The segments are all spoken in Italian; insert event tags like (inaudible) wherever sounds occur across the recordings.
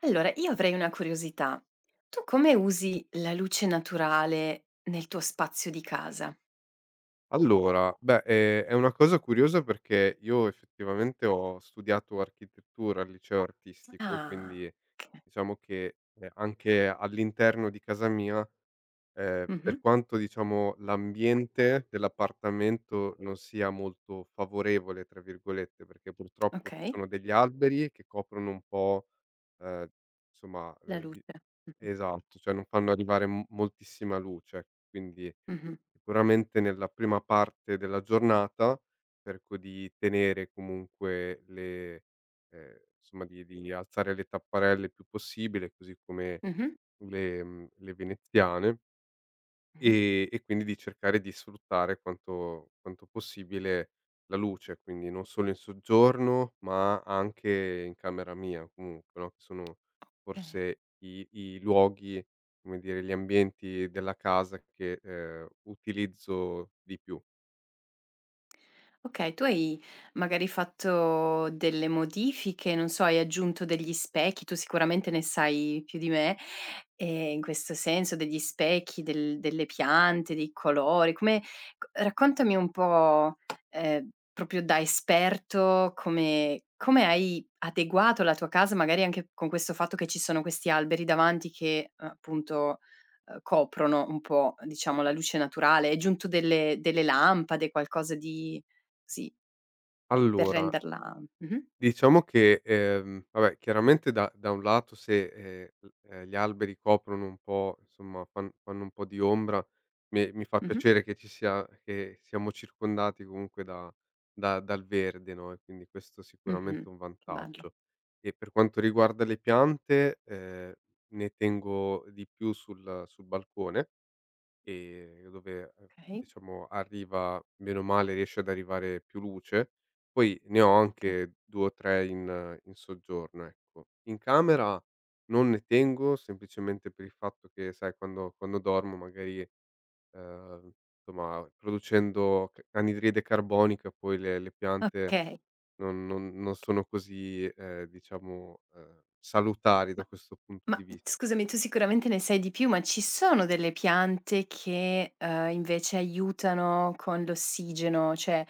Allora, io avrei una curiosità. Tu come usi la luce naturale nel tuo spazio di casa? Allora, beh, è una cosa curiosa perché io effettivamente ho studiato architettura al liceo artistico, Ah, quindi okay. diciamo che, anche all'interno di casa mia, Mh-mh. per quanto diciamo l'ambiente dell'appartamento non sia molto "favorevole" tra virgolette, perché purtroppo ci Okay, sono degli alberi che coprono un po'. Ehm, insomma, la luce. di Mh-mh. Esatto, cioè non fanno arrivare m moltissima luce, quindi Mh-mh. sicuramente nella prima parte della giornata cerco di tenere comunque le insomma di alzare le tapparelle il più possibile, così come Mh-mh. le le veneziane. Mh-mh. E quindi di cercare di sfruttare quanto possibile la luce, quindi non solo in soggiorno, ma anche in camera mia comunque, no, che sono Okay. forse i luoghi, come dire, gli ambienti della casa che, utilizzo di più. Okay, tu hai magari fatto delle modifiche, non so, hai aggiunto degli specchi, tu sicuramente ne sai più di me, in questo senso, degli specchi, delle piante, dei colori, come c raccontami un po', ehm, proprio da esperto come hai adeguato la tua casa, magari anche con questo fatto che ci sono questi alberi davanti che, appunto, coprono un po', diciamo, la luce naturale. Hai aggiunto delle lampade, qualcosa di sì, per Allora, renderla mh-mh, diciamo che, vabbè, chiaramente da un lato se, l gli alberi coprono un po', insomma fanno un po' di ombra, mi fa mh-mh, piacere che ci sia che siamo circondati comunque da da dal verde, no, e quindi questo sicuramente è mh-mh. sicuramente un Che bello. vantaggio. E per quanto riguarda le piante, ne tengo di più sul balcone, dove, Okay, diciamo arriva bene o male riesce ad arrivare più luce, poi ne ho okay. anche 2 o 3 in soggiorno, ecco. In camera non ne tengo semplicemente per il fatto che, sai, quando dormo magari, ehm, insomma producendo c anidride carbonica poi le piante Okay, non sono così, diciamo, salutari da ma questo punto di ma vis scusami, tu sicuramente ne sai di più, ma ci sono delle piante che, invece aiutano con l'ossigeno, cioè,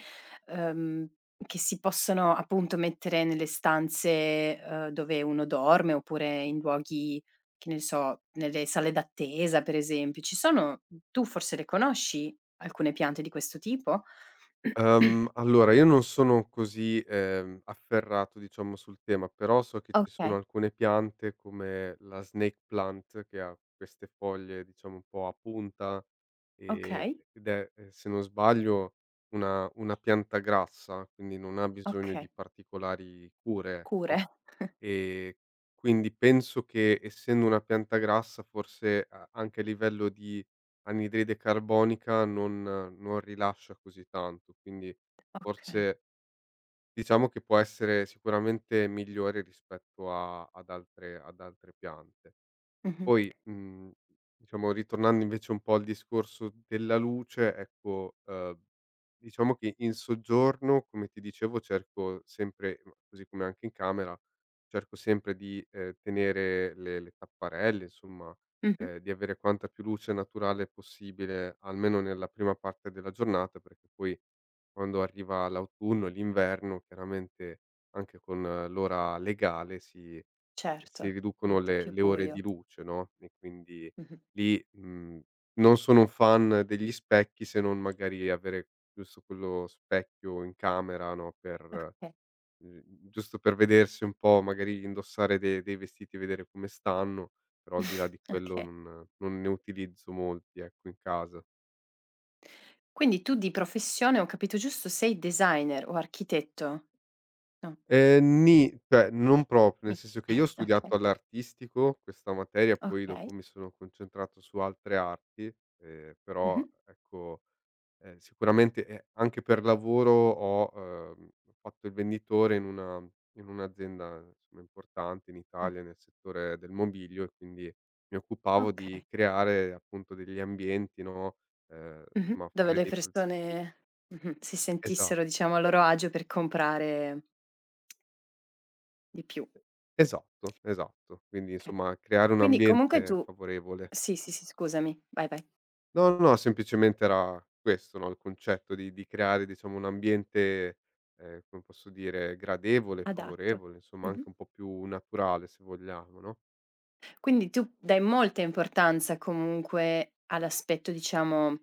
uhm, che si possono appunto mettere nelle stanze, dove uno dorme oppure in luoghi, che ne so, nelle sale d'attesa per esempio. Ci sono tu forse le conosci alcune piante di questo tipo? (clears throat) Allora, io non sono così, afferrato diciamo sul tema, però so che ci sono Okay. alcune piante come la snake plant che ha queste foglie, diciamo un po' a punta, ehm, Okay, ed è, se non sbaglio, una pianta grassa, quindi non ha bisogno di okay. particolari cure, ecco. Cure. (laughs) Ehm, quindi penso che, essendo una pianta grassa, forse a anche a livello di anidride carbonica non rilascia così tanto, quindi Okay. forse diciamo che può essere sicuramente migliore rispetto a ad altre, piante. Mh-mh. Poi, diciamo, ritornando invece un po' al discorso della luce, ecco, diciamo che in soggiorno, come ti dicevo, cerco sempre, ma così come anche in camera, cerco sempre di, tenere le tapparelle, insomma, Mh-mh. Di avere quanta più luce naturale possibile, almeno nella prima parte della giornata, perché poi quando arriva l'autunno e l'inverno, chiaramente anche con l'ora legale si Certo, riducono diventa le più le ore di buio. luce, no, e quindi Mh-mh. lì, non sono un fan degli specchi, se non magari avere giusto quello specchio in camera, no, per Okay. uhm, giusto per vedersi un po', magari indossare de dei vestiti e vedere come stanno, però al di là (laughs) di quello Okay. Non ne utilizzo molti, ecco, in casa. Quindi tu di professione, ho capito giusto, sei designer o architetto? No, Nì, cioè non proprio, nel ni senso che (laughs) io ho okay, studiato all'artistico questa materia, poi okay. dopo mi sono concentrato su altre arti, però Mh-mh. ecco, sicuramente, anche per lavoro ho, fatto il venditore in una in un'azienda insomma importante in Mh. Italia nel settore del mobilio, e quindi mi occupavo di Okay. creare appunto degli ambienti, no, Mh-mh. insomma Dove fare le dei pro persone mh-mh, si esa sentissero diciamo a loro agio per comprare di più. esatto, esatto. Quindi Okay. insomma creare un Quindi comunque ambiente tu favorevole. sì, sì, sì, scusami. Vai, vai. No, no, no, semplicemente era questo, no, il concetto di creare diciamo un ambiente, come posso dire, gradevole, Adatto. favorevole, insomma Mh-mh. anche un po' più naturale se vogliamo, no? Quindi tu dai molta importanza comunque all'aspetto, diciamo,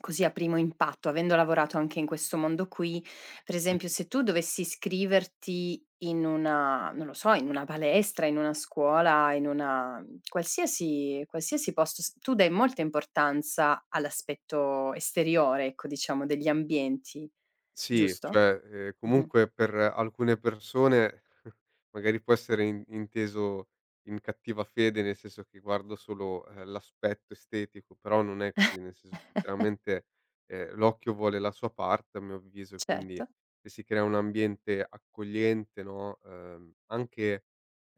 così a primo impatto, avendo lavorato anche in questo mondo qui. Per Mh. esempio, se tu dovessi iscriverti in una non lo so, in una palestra, in una scuola, in una qualsiasi posto, s tu dai molta importanza all'aspetto esteriore, ecco, diciamo, degli ambienti, Sì, giusto? cioè, Mh-mh. comunque per alcune persone (laughs) magari può essere in inteso in cattiva fede, nel senso che guardo solo, l'aspetto estetico, però non è così, nel senso che chiaramente, l'occhio vuole la sua parte, a mio avviso, quindi Certo. se si crea un ambiente accogliente, no,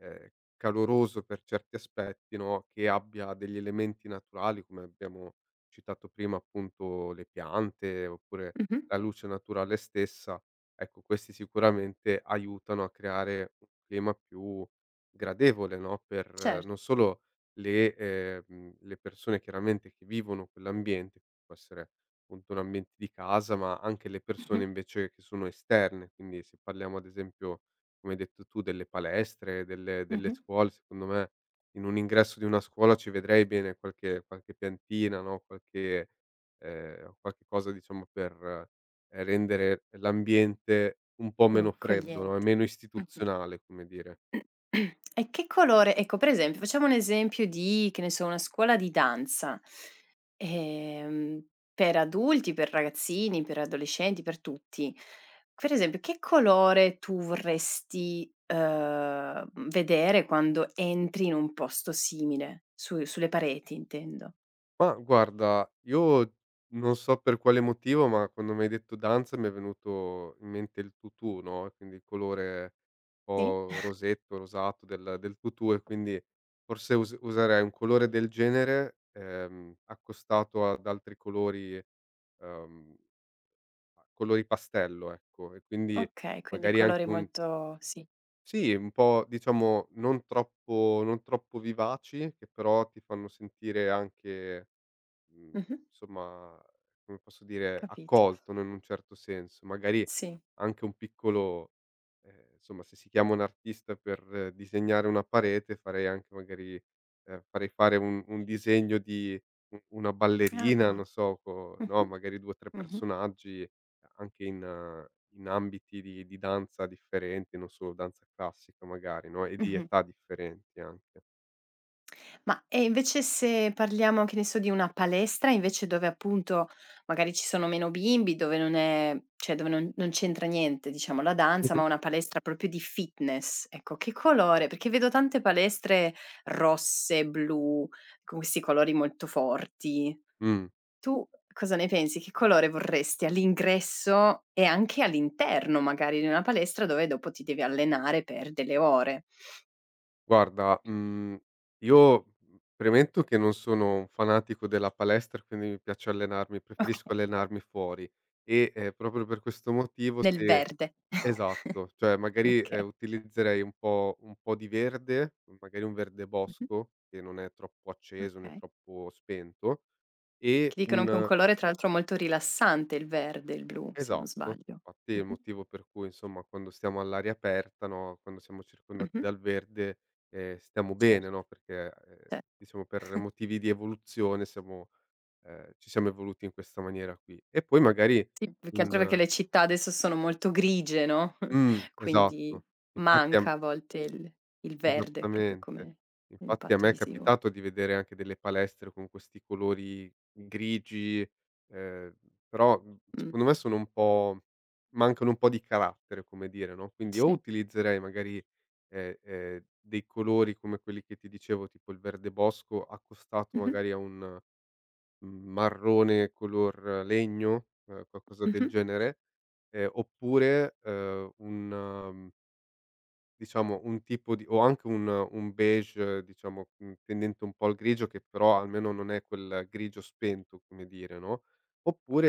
ehm, caloroso per certi aspetti, no, che abbia degli elementi naturali, come abbiamo citato prima, appunto, le piante, oppure Mh-mh. la luce naturale stessa, ecco, questi sicuramente aiutano a creare un clima più gradevole, no, per Cer non solo le persone, chiaramente, che vivono quell'ambiente, che può essere appunto un ambiente di casa, ma anche le mh-mh. persone invece che sono esterne. Quindi se parliamo ad esempio, come hai detto tu, delle palestre, delle Mh-mh. scuole, secondo me in un ingresso di una scuola ci vedrei bene qualche piantina, no, qualche qualche cosa, diciamo, per rendere l'ambiente un po' Più meno freddo, no, e accogliente. meno Mh-mh. istituzionale, come dire. E che colore ecco per esempio facciamo un esempio di, che ne so, una scuola di danza, ehm, per adulti, per ragazzini, per adolescenti, per tutti. Per esempio che colore tu vorresti, vedere quando entri in un posto simile? Su sulle pareti intendo. Ma guarda, io non so per quale motivo, ma quando mi hai detto danza, mi è venuto in mente il tutù, no, quindi il colore un Sì? po' rosetto, rosato del tutù, e quindi forse us userei un colore del genere, accostato ad altri colori, ehm, colori pastello, ecco, e quindi Okay, quindi magari anche colori un... molto sì. Sì, un po', diciamo, non troppo vivaci, che però ti fanno sentire anche mhmm, Mh-mh, insomma, come posso dire, capito. accolto, no, in un certo senso. Magari Sì. anche un piccolo... insomma, se si chiama un artista per disegnare una parete, farei anche magari, farei fare un disegno di u una ballerina, non Ah. so, co Mh-mh, no, magari 2 o 3 mh-mh, personaggi anche in in ambiti di danza differenti, non solo danza classica magari, no, e di mh-mh. età differenti anche. Ma, e invece se parliamo, che ne so, di una palestra invece dove appunto magari ci sono meno bimbi, dove non è cioè dove non c'entra niente diciamo la danza, Mh-mh. ma una palestra proprio di fitness, ecco, che colore perché vedo tante palestre rosse, blu, con questi colori molto forti. Mh. Tu cosa ne pensi? Che colore vorresti all'ingresso e anche all'interno magari di una palestra dove dopo ti devi allenare per delle ore? Guarda, io premetto che non sono un fanatico della palestra, quindi mi piace allenarmi, preferisco Okay, allenarmi fuori, e, proprio per questo motivo, nel se... verde. (laughs) esatto, cioè magari, Okay. utilizzerei un po' di verde, magari un verde bosco che non è troppo acceso né Okay. troppo spento, e Che dicono che è un un... colore tra l'altro molto rilassante il verde e il blu, se non Esatto, sbaglio. infatti è il Mh-mh, motivo per cui insomma quando stiamo all'aria aperta, no, quando siamo circondati mh-mh. dal verde, stiamo bene, Certo, no, perché, cer diciamo per (laughs) motivi di evoluzione siamo ci siamo evoluti in questa maniera qui. E poi magari Sì, più che altro un... perché le città adesso sono molto grigie, no, (laughs) quindi esatto. Infatti a... manca a volte il verde proprio Esattamente. come Infatti a impatto me è visivo. capitato di vedere anche delle palestre con questi colori grigi, ehm, però, Mh, secondo me sono un po', mancano un po' di carattere, come dire, no, quindi o sì. utilizzerei magari, dei colori come quelli che ti dicevo, tipo il verde bosco accostato Mh-mh, magari a un marrone color legno, qualcosa del mh-mh. genere, oppure, un... Diciamo un tipo di, o anche un beige, diciamo, tendente un po' al grigio, che però almeno non è quel grigio spento, come dire, no,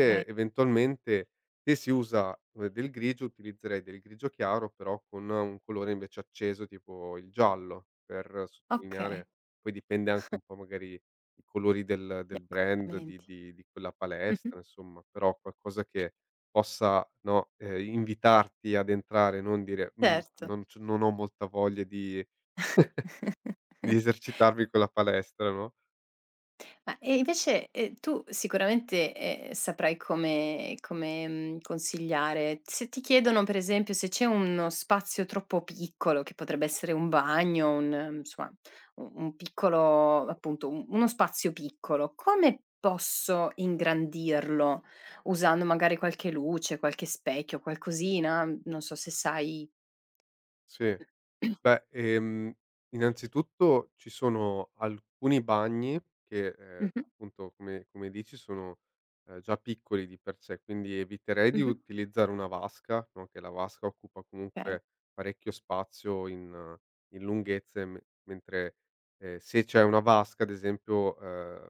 Okay, eventualmente se si usa, del grigio, utilizzerei del grigio chiaro però con un colore invece acceso tipo il giallo, per okay. sottolineare... poi dipende anche un po' magari i colori del Gli del brand di accostamenti. di di quella Mh-mh, palestra, insomma, però qualcosa che possa, no, invitarti ad entrare, non dire: "Mhmm, certo. Non ho molta voglia di (laughs) esercitarmi con la palestra", no? Ma e invece, tu sicuramente, saprai come, consigliare. Se ti chiedono per esempio se c'è uno spazio troppo piccolo, che potrebbe essere un bagno, un insomma, u un piccolo appunto, u uno spazio piccolo, come posso ingrandirlo? Usando magari qualche luce, qualche specchio, qualcosina? Non so se sai Sì. (coughs) (clears throat) Beh, innanzitutto ci sono alcuni bagni che, Mh-mh, appunto, come dici, sono, già piccoli di per sé, quindi eviterei di mh-mh, utilizzare una vasca, no, che la vasca occupa okay, comunque parecchio spazio in in lunghezza, e me mentre, se c'è una vasca ad esempio,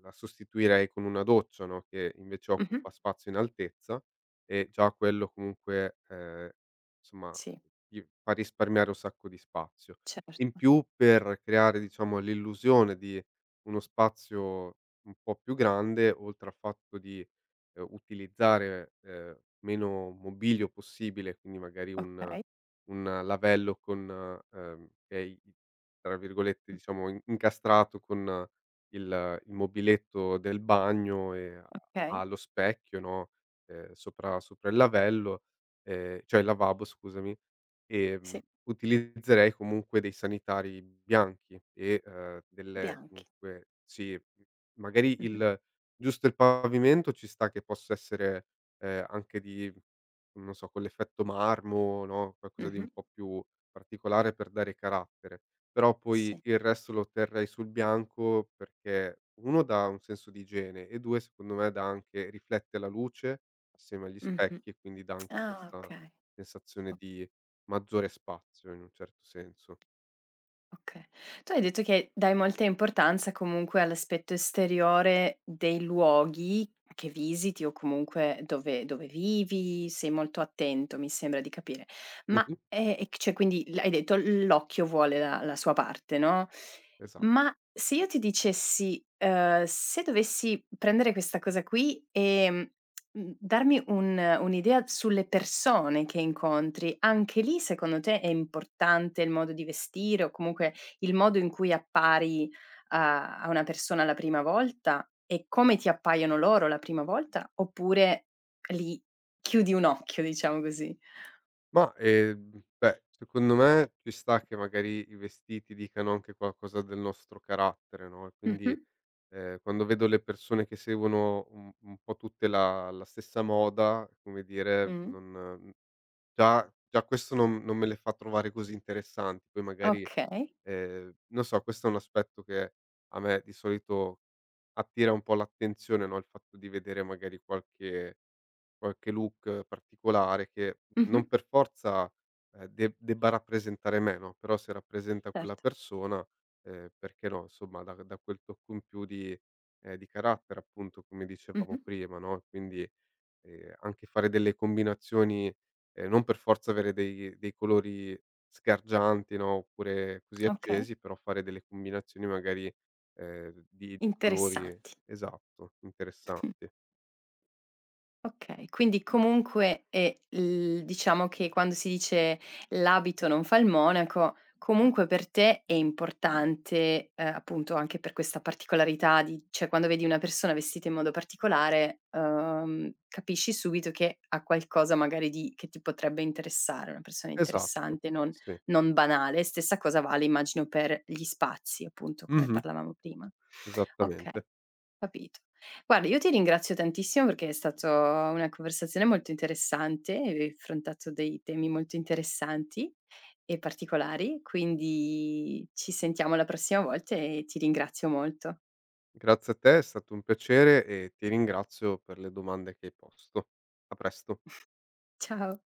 la sostituirei con una doccia, no, che invece mh-mh, occupa spazio in altezza, e già quello comunque, insomma, sì, ti fa risparmiare un sacco di spazio. In certo, più, per creare, diciamo, l'illusione di uno spazio un po' più grande, oltre al fatto di, utilizzare, meno mobilio possibile, quindi magari un... okay, un lavello con, che è i tra virgolette, mh, diciamo, in incastrato con il mobiletto del bagno, e ha okay, lo specchio, no, sopra il lavello, cioè il lavabo, scusami. Sì. Utilizzerei comunque dei sanitari bianchi e, delle Bianchi. comunque sì, m magari Mh-mh. il giusto il pavimento ci sta che possa essere, anche di, non so, con l'effetto marmo, no, qualcosa di Mh-mh. un po' più particolare per dare carattere, però poi Sì. il resto lo terrei sul bianco perché 1, dà un senso di igiene, e 2, secondo me, dà, anche riflette la luce assieme agli Mh-mh. specchi, e quindi dà anche Ah, questa okay. sensazione O di maggiore spazio, in un certo senso. okay. Tu hai detto che dai molta importanza comunque all'aspetto esteriore dei luoghi che visiti o comunque dove vivi, sei molto attento, mi sembra di capire. Ma, Mh-mh, e c cioè quindi l hai detto l'occhio vuole la sua parte, no, esatto. ma se io ti dicessi, se dovessi prendere questa cosa qui, darmi un'idea sulle persone che incontri. Anche lì secondo te è importante il modo di vestire o comunque il modo in cui appari a una persona la prima volta e come ti appaiono loro la prima volta, oppure lì chiudi un occhio, diciamo così? Ma, beh, secondo me ci sta che magari i vestiti dicano anche qualcosa del nostro carattere, no, e quindi, Mh-mh. Quando vedo le persone che seguono un po' tutte la stessa moda, come dire, Mh. non già, questo non me le fa trovare così interessanti. Poi magari, Okay. Non so, questo è un aspetto che a me di solito attira un po' l'attenzione, no, il fatto di vedere magari qualche... qualche look particolare che non Mh-mh. per forza, de debba rappresentare me, no, però se rappresenta quella Certo. persona, perché no, insomma, dà, quel tocco in più di carattere, appunto, come dicevamo Mh-mh. prima, no, quindi, anche fare delle combinazioni, non per forza avere dei colori sgargianti, no, oppure così Okay. accesi, però fare delle combinazioni magari, di colori... Interessanti. esatto, interessanti. Okay, quindi comunque, l diciamo che quando si dice: "L'abito non fa il monaco", comunque per te è importante, appunto anche per questa particolarità di cioè quando vedi una persona vestita in modo particolare, capisci subito che ha qualcosa magari di che ti potrebbe interessare, una persona Esatto, interessante, non sì. non banale. Stessa cosa vale immagino per gli spazi, appunto, come Mh-mh. parlavamo prima. Okay. Esattamente. Capito. Guarda, io ti ringrazio tantissimo perché è stato una conversazione molto interessante, hai affrontato dei temi molto interessanti e particolari, quindi ci sentiamo la prossima volta e ti ringrazio molto. Grazie a te, è stato un piacere e ti ringrazio per le domande che hai posto. A presto. Ciao.